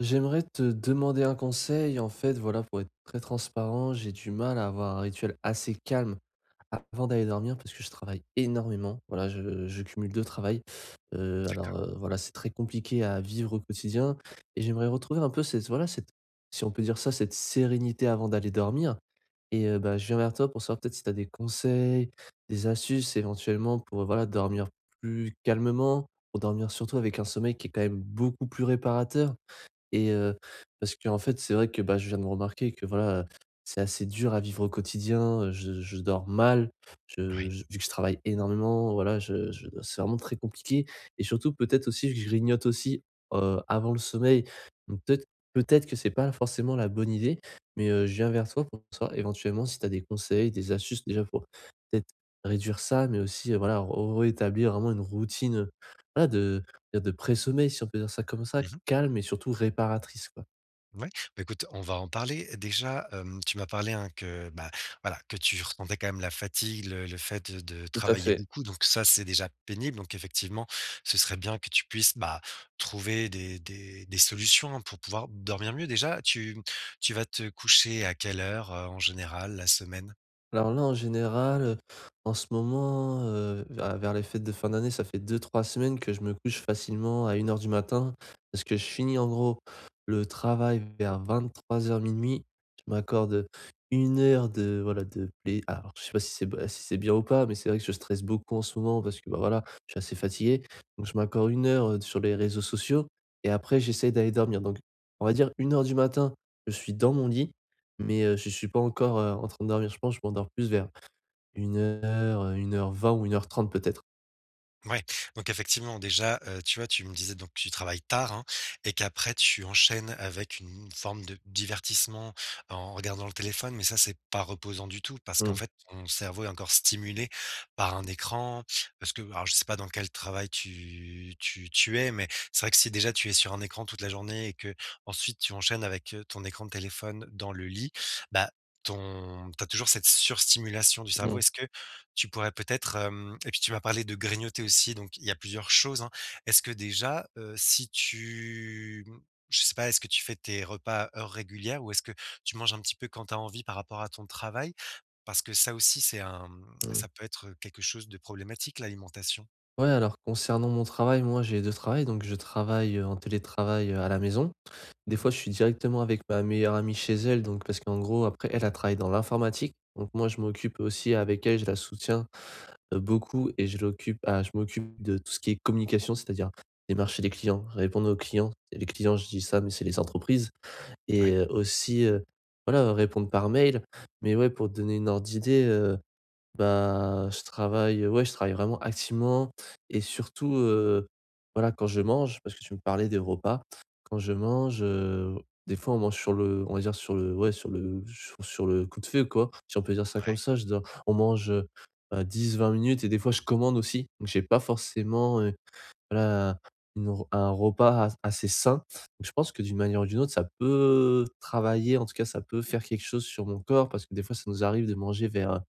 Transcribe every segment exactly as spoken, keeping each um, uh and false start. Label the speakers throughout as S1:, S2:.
S1: J'aimerais te demander un conseil. En fait, voilà, pour être très transparent, j'ai du mal à avoir un rituel assez calme avant d'aller dormir parce que je travaille énormément. Voilà, je, je cumule deux travails. Euh, alors, euh, voilà, c'est très compliqué à vivre au quotidien et j'aimerais retrouver un peu cette, voilà, cette, si on peut dire ça, cette sérénité avant d'aller dormir. Et euh, bah, je viens vers toi pour savoir peut-être si tu as des conseils, des astuces éventuellement pour, euh, voilà, dormir plus calmement, pour dormir surtout avec un sommeil qui est quand même beaucoup plus réparateur et heu, parce que en fait, c'est vrai que, bah, je viens de me remarquer que voilà, c'est assez dur à vivre au quotidien, heu, je je dors mal, je
S2: Oui.
S1: je vu que je travaille énormément, voilà, je je c'est vraiment très compliqué et surtout peut-être aussi que je grignote aussi, heu, avant le sommeil. Donc peut-être peut-être que c'est pas forcément la bonne idée, mais heu, je viens vers toi pour ça éventuellement si tu as des conseils, des astuces déjà pour peut-être réduire ça, mais aussi, heu, voilà, rétablir vraiment une routine, heu, voilà de de pré-sommeil, si on peut dire ça comme ça,
S2: Mmh
S1: calme et surtout réparatrice, quoi.
S2: Ouais. Bah, écoute, on va en parler. Déjà, hem, tu m'as parlé, hein, que, bah, voilà, que tu ressentais quand même la fatigue, le le fait de de
S1: Tout à
S2: travailler
S1: fait.
S2: beaucoup, donc ça, c'est déjà pénible, donc effectivement, ce serait bien que tu puisses, bah, trouver des des des solutions, hein, pour pouvoir dormir mieux. Déjà, tu tu vas te coucher à quelle heure, heu, en général, la semaine?
S1: Alors là, en général, heu, en ce moment, heu, vers vers les fêtes de fin d'année, ça fait deux, trois semaines que je me couche facilement à une heure du matin. Parce que je finis en gros le travail vers vingt-trois heures minuit. Je m'accorde, une heure de voilà de plai alors je sais pas si c'est b si c'est bien ou pas, mais c'est vrai que je stresse beaucoup en ce moment parce que, bah, voilà, je suis assez fatigué. Donc je m'accorde une heure, heu, sur les réseaux sociaux et après j'essaye d'aller dormir. Donc on va dire une heure du matin, je suis dans mon lit mais, heu, je suis pas encore, heu, en train de dormir. Je pense que je m'endors plus vers une une heure, euh, une heure vingt ou une heure trente peut-être.
S2: Ouais, donc effectivement déjà, heu, tu vois, tu me disais donc que tu travailles tard, hein, et qu'après tu enchaînes avec une forme de divertissement en regardant le téléphone, mais ça, c'est pas reposant du tout parce qu'en
S1: Mmh,
S2: fait, ton cerveau est encore stimulé par un écran. Parce que alors je sais pas dans quel travail tu tu tu es, mais c'est vrai que si déjà tu es sur un écran toute la journée et que ensuite tu enchaînes avec, heu, ton écran de téléphone dans le lit, bah, ton t'as toujours cette surstimulation du cerveau.
S1: mmh,
S2: Est-ce que tu pourrais peut-être, hem et puis tu m'as parlé de grignoter aussi, donc il y a plusieurs choses, hein. Est-ce que déjà, heu, si tu, mmh, je sais pas, est-ce que tu fais tes repas à heure régulière ou est-ce que tu manges un petit peu quand tu as envie par rapport à ton travail? Parce que ça aussi c'est un, mmh,
S1: mmh.
S2: ça peut être, quelque chose de problématique l'alimentation.
S1: Ouais, alors concernant mon travail, moi j'ai deux travails, donc je travaille, heu, en télétravail, heu, à la maison. Des
S2: Mmh.
S1: fois, je suis directement avec ma meilleure amie chez elle, donc parce qu'en gros après elle, elle travaille dans l'informatique, donc moi je m'occupe aussi avec elle, je la soutiens, heu, beaucoup et je l'occupe ah je m'occupe de tout ce qui est communication, c'est-à-dire démarcher les clients, répondre aux clients et les clients je dis ça, mais c'est les entreprises. Et
S2: Ouais,
S1: heu, aussi, heu, voilà, répondre par mail. Mais ouais, pour te donner une ordre d'idée, heu, bah, je travaille, ouais, je travaille vraiment activement et surtout, heu, voilà, quand je mange, parce que tu me parlais des repas, quand je mange, heu, des fois on mange sur le on va dire sur le ouais, sur le sur sur le coup de feu, quoi, si on peut dire ça comme
S2: ouais,
S1: ça. Je veux On mange, heu, bah, 10 minutes et des fois je commande aussi. Donc j'ai pas forcément, heu, voilà, une re un repas as assez sain. Donc je pense que d'une manière ou d'une autre, ça peut travailler, en tout cas, ça peut faire quelque chose sur mon corps parce que des fois, ça nous arrive de manger vers, heu,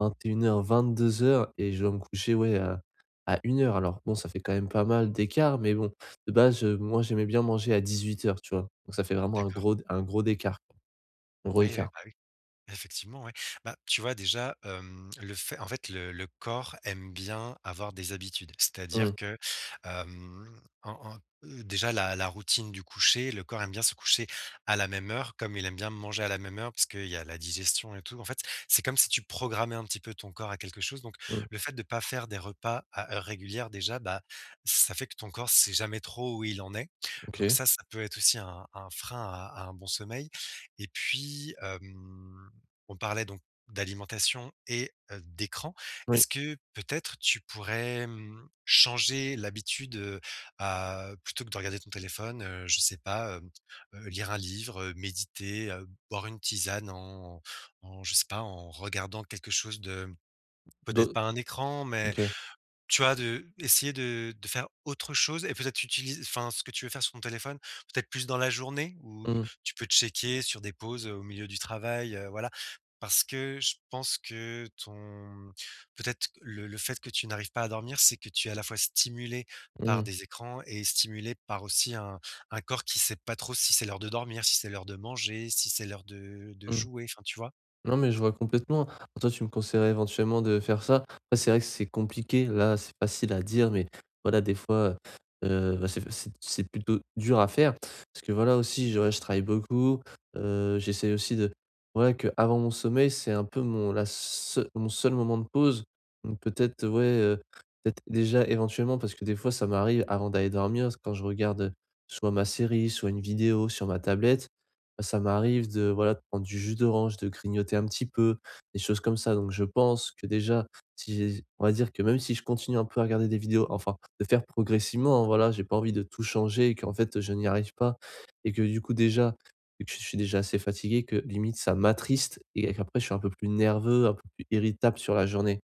S1: vingt et une heures-vingt-deux heures et je dois me coucher, ouais, à à une heure. Alors bon, ça fait quand même pas mal d'écart, mais bon, de base, heu, moi, j'aimais bien manger à dix-huit heures, tu vois? Donc ça fait vraiment un
S2: d'accord.
S1: gros un gros écart un gros
S2: Ouais, ouais,
S1: écart.
S2: bah, effectivement, ouais. Bah, tu vois déjà, hem, le fait en fait, le le corps aime bien avoir des habitudes.
S1: Mmh,
S2: C'est-à-dire que, hem, en en heu, déjà la la routine du coucher, le corps aime bien se coucher à la même heure, comme il aime bien manger à la même heure, parce qu'il y a la digestion et tout. En fait, c'est comme si tu programmais un petit peu ton corps à quelque chose. Donc
S1: mmh,
S2: le fait de pas faire des repas à heure régulière déjà, bah, ça fait que ton corps sait jamais trop où il en est. Donc
S1: OK.
S2: ça, ça peut être aussi un un frein à à un bon sommeil, et puis, hem on parlait donc d'alimentation et heu, d'écran.
S1: Oui,
S2: Est-ce que peut-être tu pourrais, mmh, changer l'habitude, heu, à plutôt que de regarder ton téléphone, heu, je sais pas, hem, heu, lire un livre, heu, méditer, heu, boire une tisane en en je sais pas, en regardant quelque chose de peut-être
S1: do
S2: pas un écran, mais
S1: OK.
S2: tu vois, de essayer de de faire autre chose et peut-être utiliser enfin, ce que tu veux faire sur ton téléphone, peut-être plus dans la journée où
S1: Mmh,
S2: tu peux checker sur des pauses, heu, au milieu du travail, heu, voilà. Parce que je pense que ton peut-être que le le fait que tu n'arrives pas à dormir, c'est que tu es à la fois stimulé par
S1: mmh,
S2: des écrans et stimulé par aussi un un corps qui sait pas trop si c'est l'heure de dormir, si c'est l'heure de manger, si c'est l'heure de de
S1: mmh.
S2: jouer, enfin, tu vois?
S1: Non, mais je vois complètement. Bon, toi, tu me conseillerais éventuellement de faire ça. Après, c'est vrai que c'est compliqué. Là, c'est facile à dire, mais voilà, des fois, euh, bah, c'est c'est- c'est plutôt dur à faire. Parce que voilà, aussi, je, ouais, je travaille beaucoup. Euh, J'essaie aussi de. Voilà, que avant mon sommeil, c'est un peu mon, la seu- mon seul moment de pause. Donc, peut-être, ouais, euh, peut-être déjà éventuellement, parce que des fois, ça m'arrive avant d'aller dormir, quand je regarde soit ma série, soit une vidéo sur ma tablette, ça m'arrive de, voilà, de prendre du jus d'orange, de grignoter un petit peu, des choses comme ça. Donc je pense que déjà, si j'ai on va dire que même si je continue un peu à regarder des vidéos, enfin, de faire progressivement, hein, voilà, j'ai pas envie de tout changer et qu'en fait, je n'y arrive pas et que du coup, déjà, vu que je suis déjà assez fatigué, que limite ça m'attriste et qu'après je suis un peu plus nerveux, un peu plus irritable sur la journée.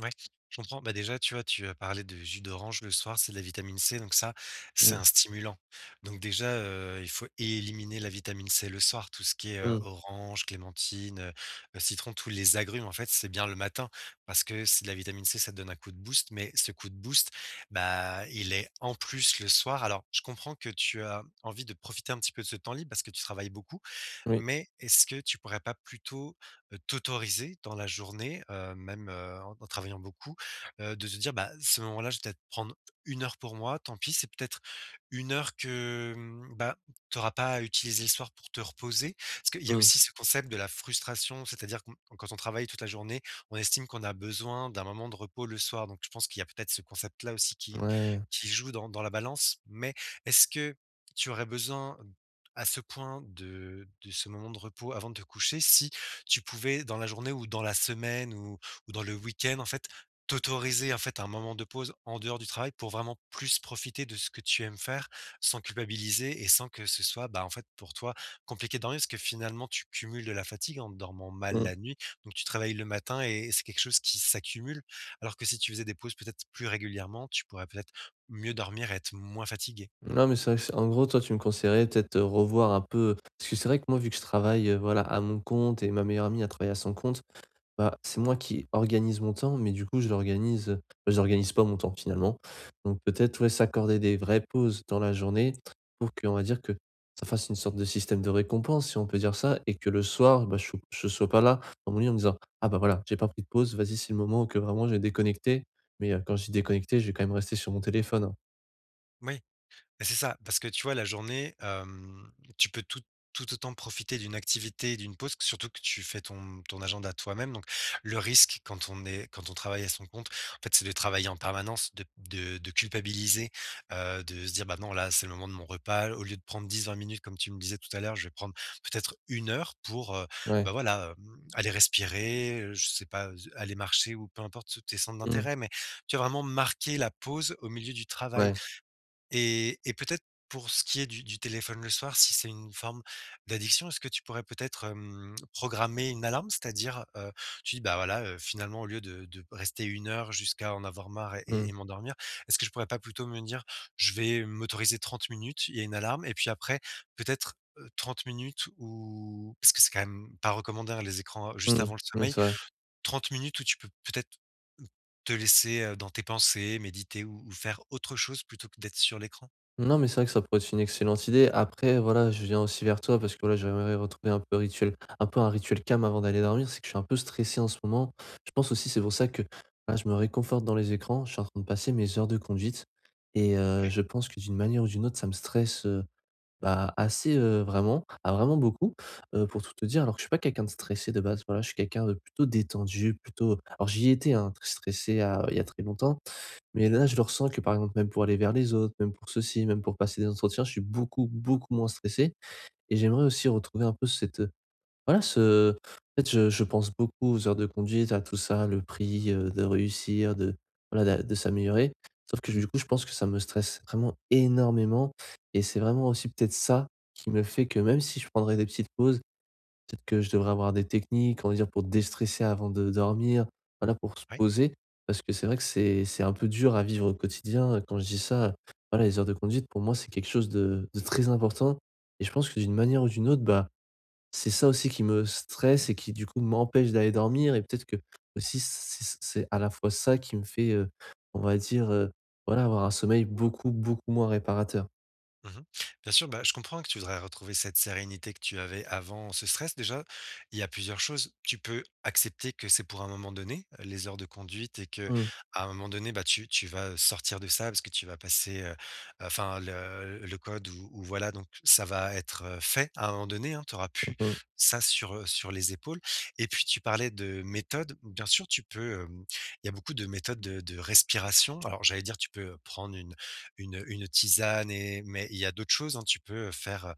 S2: Ouais, je comprends. Bah, déjà, tu vois, tu as parlé de jus d'orange le soir, c'est de la vitamine C, donc ça, c'est
S1: Mmh,
S2: un stimulant. Donc déjà, heu, il faut éliminer la vitamine C le soir, tout ce qui est, heu,
S1: mmh,
S2: orange, clémentine, heu heu, citron, tous les agrumes, en fait, c'est bien le matin parce que c'est de la vitamine C, ça te donne un coup de boost, mais ce coup de boost, bah, il est en plus le soir. Alors, je comprends que tu as envie de profiter un petit peu de ce temps libre parce que tu travailles beaucoup,
S1: oui,
S2: mais est-ce que tu pourrais pas plutôt, heu, t'autoriser dans la journée, heu, même, heu, en en travaillant beaucoup, heu, de te dire: «Bah, ce moment-là, je vais peut-être prendre une heure pour moi, tant pis, c'est peut-être une heure que, mmh, bah, tu n'auras pas à utiliser le soir pour te reposer». Parce qu'il y a
S1: mmh,
S2: aussi ce concept de la frustration, c'est-à-dire qu'on quand on travaille toute la journée, on estime qu'on a besoin d'un moment de repos le soir, donc je pense qu'il y a peut-être ce concept-là aussi qui
S1: ouais.
S2: qui joue dans dans la balance, mais est-ce que tu aurais besoin à ce point de de ce moment de repos avant de te coucher, si tu pouvais dans la journée ou dans la semaine ou ou dans le week-end, en fait, t'autoriser, en fait, un moment de pause en dehors du travail pour vraiment plus profiter de ce que tu aimes faire sans culpabiliser et sans que ce soit, bah, en fait, pour toi, compliqué de dormir parce que finalement tu cumules de la fatigue en dormant mal
S1: Mmh.
S2: la nuit, donc tu travailles le matin et c'est quelque chose qui s'accumule alors que si tu faisais des pauses peut-être plus régulièrement, tu pourrais peut-être mieux dormir et être moins fatigué.
S1: Non, mais c'est vrai que c'est en gros, toi, tu me conseillerais peut-être, heu, revoir un peu parce que c'est vrai que moi, vu que je travaille, heu, voilà, à mon compte et ma meilleure amie, a travaillé à son compte, bah, c'est moi qui organise mon temps, mais du coup, je l'organise, heu, bah, j'organise pas mon temps finalement. Donc peut-être, ouais, s'accorder des vraies pauses dans la journée pour qu'on va dire que ça fasse une sorte de système de récompense, si on peut dire ça et que le soir, bah, je ne sois pas là dans mon lit en me disant: «Ah bah, voilà, j'ai pas pris de pause, vas-y, c'est le moment où que vraiment j'ai déconnecté». Mais, heu, quand je dis déconnecté, je vais quand même rester sur mon téléphone, hein.
S2: Oui. Bah, c'est ça, parce que tu vois, la journée, hem, tu peux tout tout autant profiter d'une activité, d'une pause, que surtout que tu fais ton ton agenda toi-même. Donc le risque quand on est quand on travaille à son compte, en fait, c'est de travailler en permanence, de de de culpabiliser, heu, de se dire: «Bah, non, là, c'est le moment de mon repas. Au lieu de prendre dix, vingt minutes, comme tu me disais tout à l'heure, je vais prendre peut-être une heure pour, heu,
S1: Ouais.
S2: bah, voilà, hem, aller respirer, heu, je sais pas, aller marcher» ou peu importe tes centres
S1: Mmh.
S2: d'intérêt, mais tu as vraiment marqué la pause au milieu du travail.
S1: Ouais.
S2: Et et peut-être pour ce qui est du du téléphone le soir, si c'est une forme d'addiction, est-ce que tu pourrais peut-être, hem, programmer une alarme? C'est-à-dire, heu, tu dis: «Bah, voilà, heu, finalement, au lieu de de rester une heure jusqu'à en avoir marre et
S1: Mmh.
S2: et et m'endormir, est-ce que je pourrais pas plutôt me dire: "Je vais m'autoriser trente minutes"», il y a une alarme et puis après peut-être, heu, trente minutes ou parce que c'est quand même pas recommandé, hein, les écrans euh, juste
S1: Mmh.
S2: avant le
S1: Oui,
S2: sommeil.
S1: c'est vrai.
S2: Trente minutes où tu peux peut-être te laisser, heu, dans tes pensées, méditer ou ou faire autre chose plutôt que d'être sur l'écran?
S1: Non, mais c'est vrai que ça pourrait être une excellente idée. Après, voilà, je viens aussi vers toi parce que voilà, j'aimerais retrouver un peu rituel, un peu un rituel calme avant d'aller dormir. C'est que je suis un peu stressé en ce moment. Je pense aussi, c'est pour ça que voilà, je me réconforte dans les écrans. Je suis en train de passer mes heures de conduite et heu, je pense que d'une manière ou d'une autre, ça me stresse, heu, bah, assez, heu, vraiment, ah, vraiment beaucoup, heu, pour tout te dire. Alors que je suis pas quelqu'un de stressé de base. Voilà, je suis quelqu'un de plutôt détendu, plutôt alors j'y étais, hein, très stressé, ah, il y a très longtemps. Mais là, je le ressens que, par exemple, même pour aller vers les autres, même pour ceci, même pour passer des entretiens, je suis beaucoup, beaucoup moins stressé et j'aimerais aussi retrouver un peu cette, heu, voilà, ce en fait, je je pense beaucoup aux heures de conduite, à tout ça, le prix, heu, de réussir, de voilà, d'a de s'améliorer. Sauf que,
S2: Mmh.
S1: du coup, je pense que ça me stresse vraiment énormément et c'est vraiment aussi peut-être ça qui me fait que même si je prendrais des petites pauses. Peut-être que je devrais avoir des techniques, on va dire, pour déstresser avant de dormir, voilà, pour se
S2: Oui.
S1: poser. Parce que c'est vrai que c'est c'est un peu dur à vivre au quotidien. euh, Quand je dis ça, voilà, les heures de conduite, pour moi, c'est quelque chose de, de très important. Et je pense que d'une manière ou d'une autre, bah, c'est ça aussi qui me stresse et qui, du coup, m'empêche d'aller dormir. Et peut-être que aussi, c'est c'est à la fois ça qui me fait, euh, on va dire, euh, voilà, avoir un sommeil beaucoup, beaucoup moins réparateur.
S2: mmh Bien sûr, bah, je comprends que tu voudrais retrouver cette sérénité que tu avais avant ce stress. Déjà, il y a plusieurs choses. Tu peux accepter que c'est pour un moment donné, heu, les heures de conduite et que
S1: Hum,
S2: à un moment donné, bah, tu tu vas sortir de ça parce que tu vas passer, heu, enfin le le code ou ou voilà, donc ça va être, heu, fait à un moment donné, hein. Tu auras plus
S1: hum,
S2: ça sur, heu, sur les épaules et puis tu parlais de méthode. Bien sûr, tu peux, hem, il y a beaucoup de méthodes de de respiration. Alors j'allais dire, tu peux prendre une une une tisane et mais il y a d'autres choses, hein. Tu peux, faire,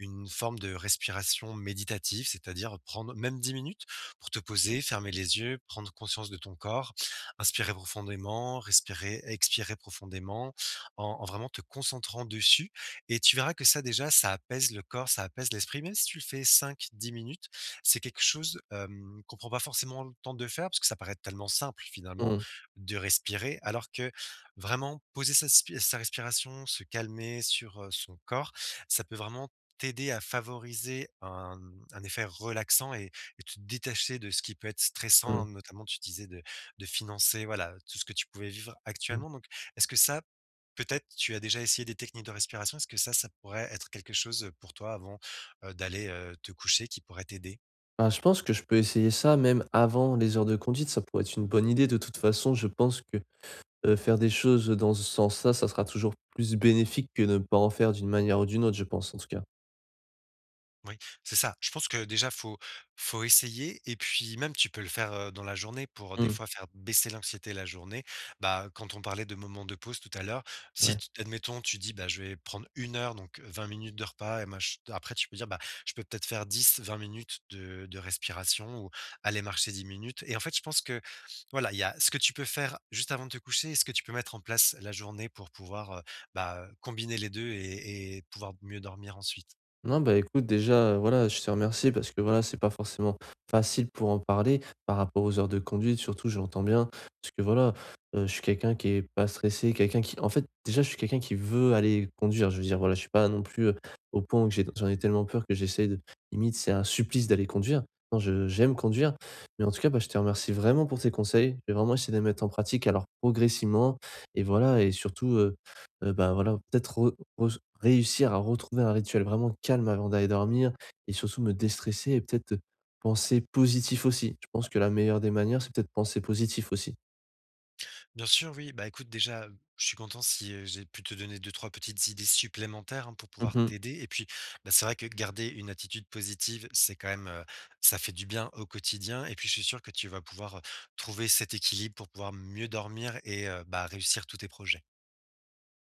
S2: une forme de respiration méditative, c'est-à-dire prendre même dix minutes pour te poser, fermer les yeux, prendre conscience de ton corps, inspirer profondément, respirer, expirer profondément, en en vraiment te concentrant dessus et tu verras que ça déjà, ça apaise le corps, ça apaise l'esprit. Même si tu le fais cinq dix minutes, c'est quelque chose, hem, qu'on prend pas forcément le temps de faire parce que ça paraît tellement simple finalement
S1: hum,
S2: de respirer alors que vraiment poser sa spi sa respiration, se calmer sur, heu, son corps, ça peut vraiment t'aider à favoriser un, mmh, un effet relaxant et et te détacher de ce qui peut être stressant,
S1: hum,
S2: hein, notamment tu disais de de financer, voilà, tout ce que tu pouvais vivre
S1: hum.
S2: actuellement, donc est-ce que ça, peut-être, tu as déjà essayé des techniques de respiration? Est-ce que ça, ça pourrait être quelque chose, pour toi avant, heu, d'aller, heu, te coucher qui pourrait t'aider?
S1: Bah, je pense que je peux essayer ça même avant les heures de conduite, ça pourrait être une bonne idée. De toute façon, je pense que, heu, faire des choses dans ce sens-là, ça sera toujours plus bénéfique que ne pas en faire d'une manière ou d'une autre, je pense en tout cas.
S2: Oui, c'est ça. Je pense que déjà, faut faut essayer et puis même tu peux le faire, heu, dans la journée pour des
S1: Mmh,
S2: fois faire baisser l'anxiété la journée. Bah, quand on parlait de moments de pause tout à l'heure, si
S1: ouais.
S2: tu admettons tu dis: «Bah, je vais prendre une heure donc vingt minutes de repas et mach» après tu peux dire: «Bah, je peux peut-être faire dix vingt minutes de de respiration ou aller marcher dix minutes» et en fait, je pense que voilà, il y a ce que tu peux faire juste avant de te coucher et ce que tu peux mettre en place la journée pour pouvoir, heu, bah, combiner les deux et et pouvoir mieux dormir ensuite.
S1: Non, bah, écoute, déjà, heu, voilà, je te remercie parce que, voilà, c'est pas forcément facile pour en parler par rapport aux heures de conduite, surtout, j'entends bien. Parce que, voilà, heu, je suis quelqu'un qui est pas stressé, quelqu'un qui en fait, déjà, je suis quelqu'un qui veut aller conduire. Je veux dire, voilà, je suis pas non plus, heu, au point où j'ai j'en ai tellement peur que j'essaye de limite, c'est un supplice d'aller conduire. Non, je j'aime conduire, mais en tout cas, bah, je te remercie vraiment pour tes conseils. Je vais vraiment essayer de les mettre en pratique, alors progressivement et voilà et surtout, Heu, bah, voilà, peut-être re re réussir à retrouver un rituel vraiment calme avant d'aller dormir et surtout me déstresser et peut-être, penser positif aussi. Je pense que la meilleure des manières, c'est peut-être penser positif aussi.
S2: Bien sûr, oui. Bah, écoute, déjà, je suis content si euh, j'ai pu te donner deux, trois petites idées supplémentaires, hein, pour pouvoir
S1: Mmh
S2: t'aider. Et puis, bah, c'est vrai que garder une attitude positive, c'est quand même, euh, ça fait du bien au quotidien. Et puis, je suis sûr que tu vas pouvoir euh, trouver cet équilibre pour pouvoir mieux dormir et euh, bah, réussir tous tes projets.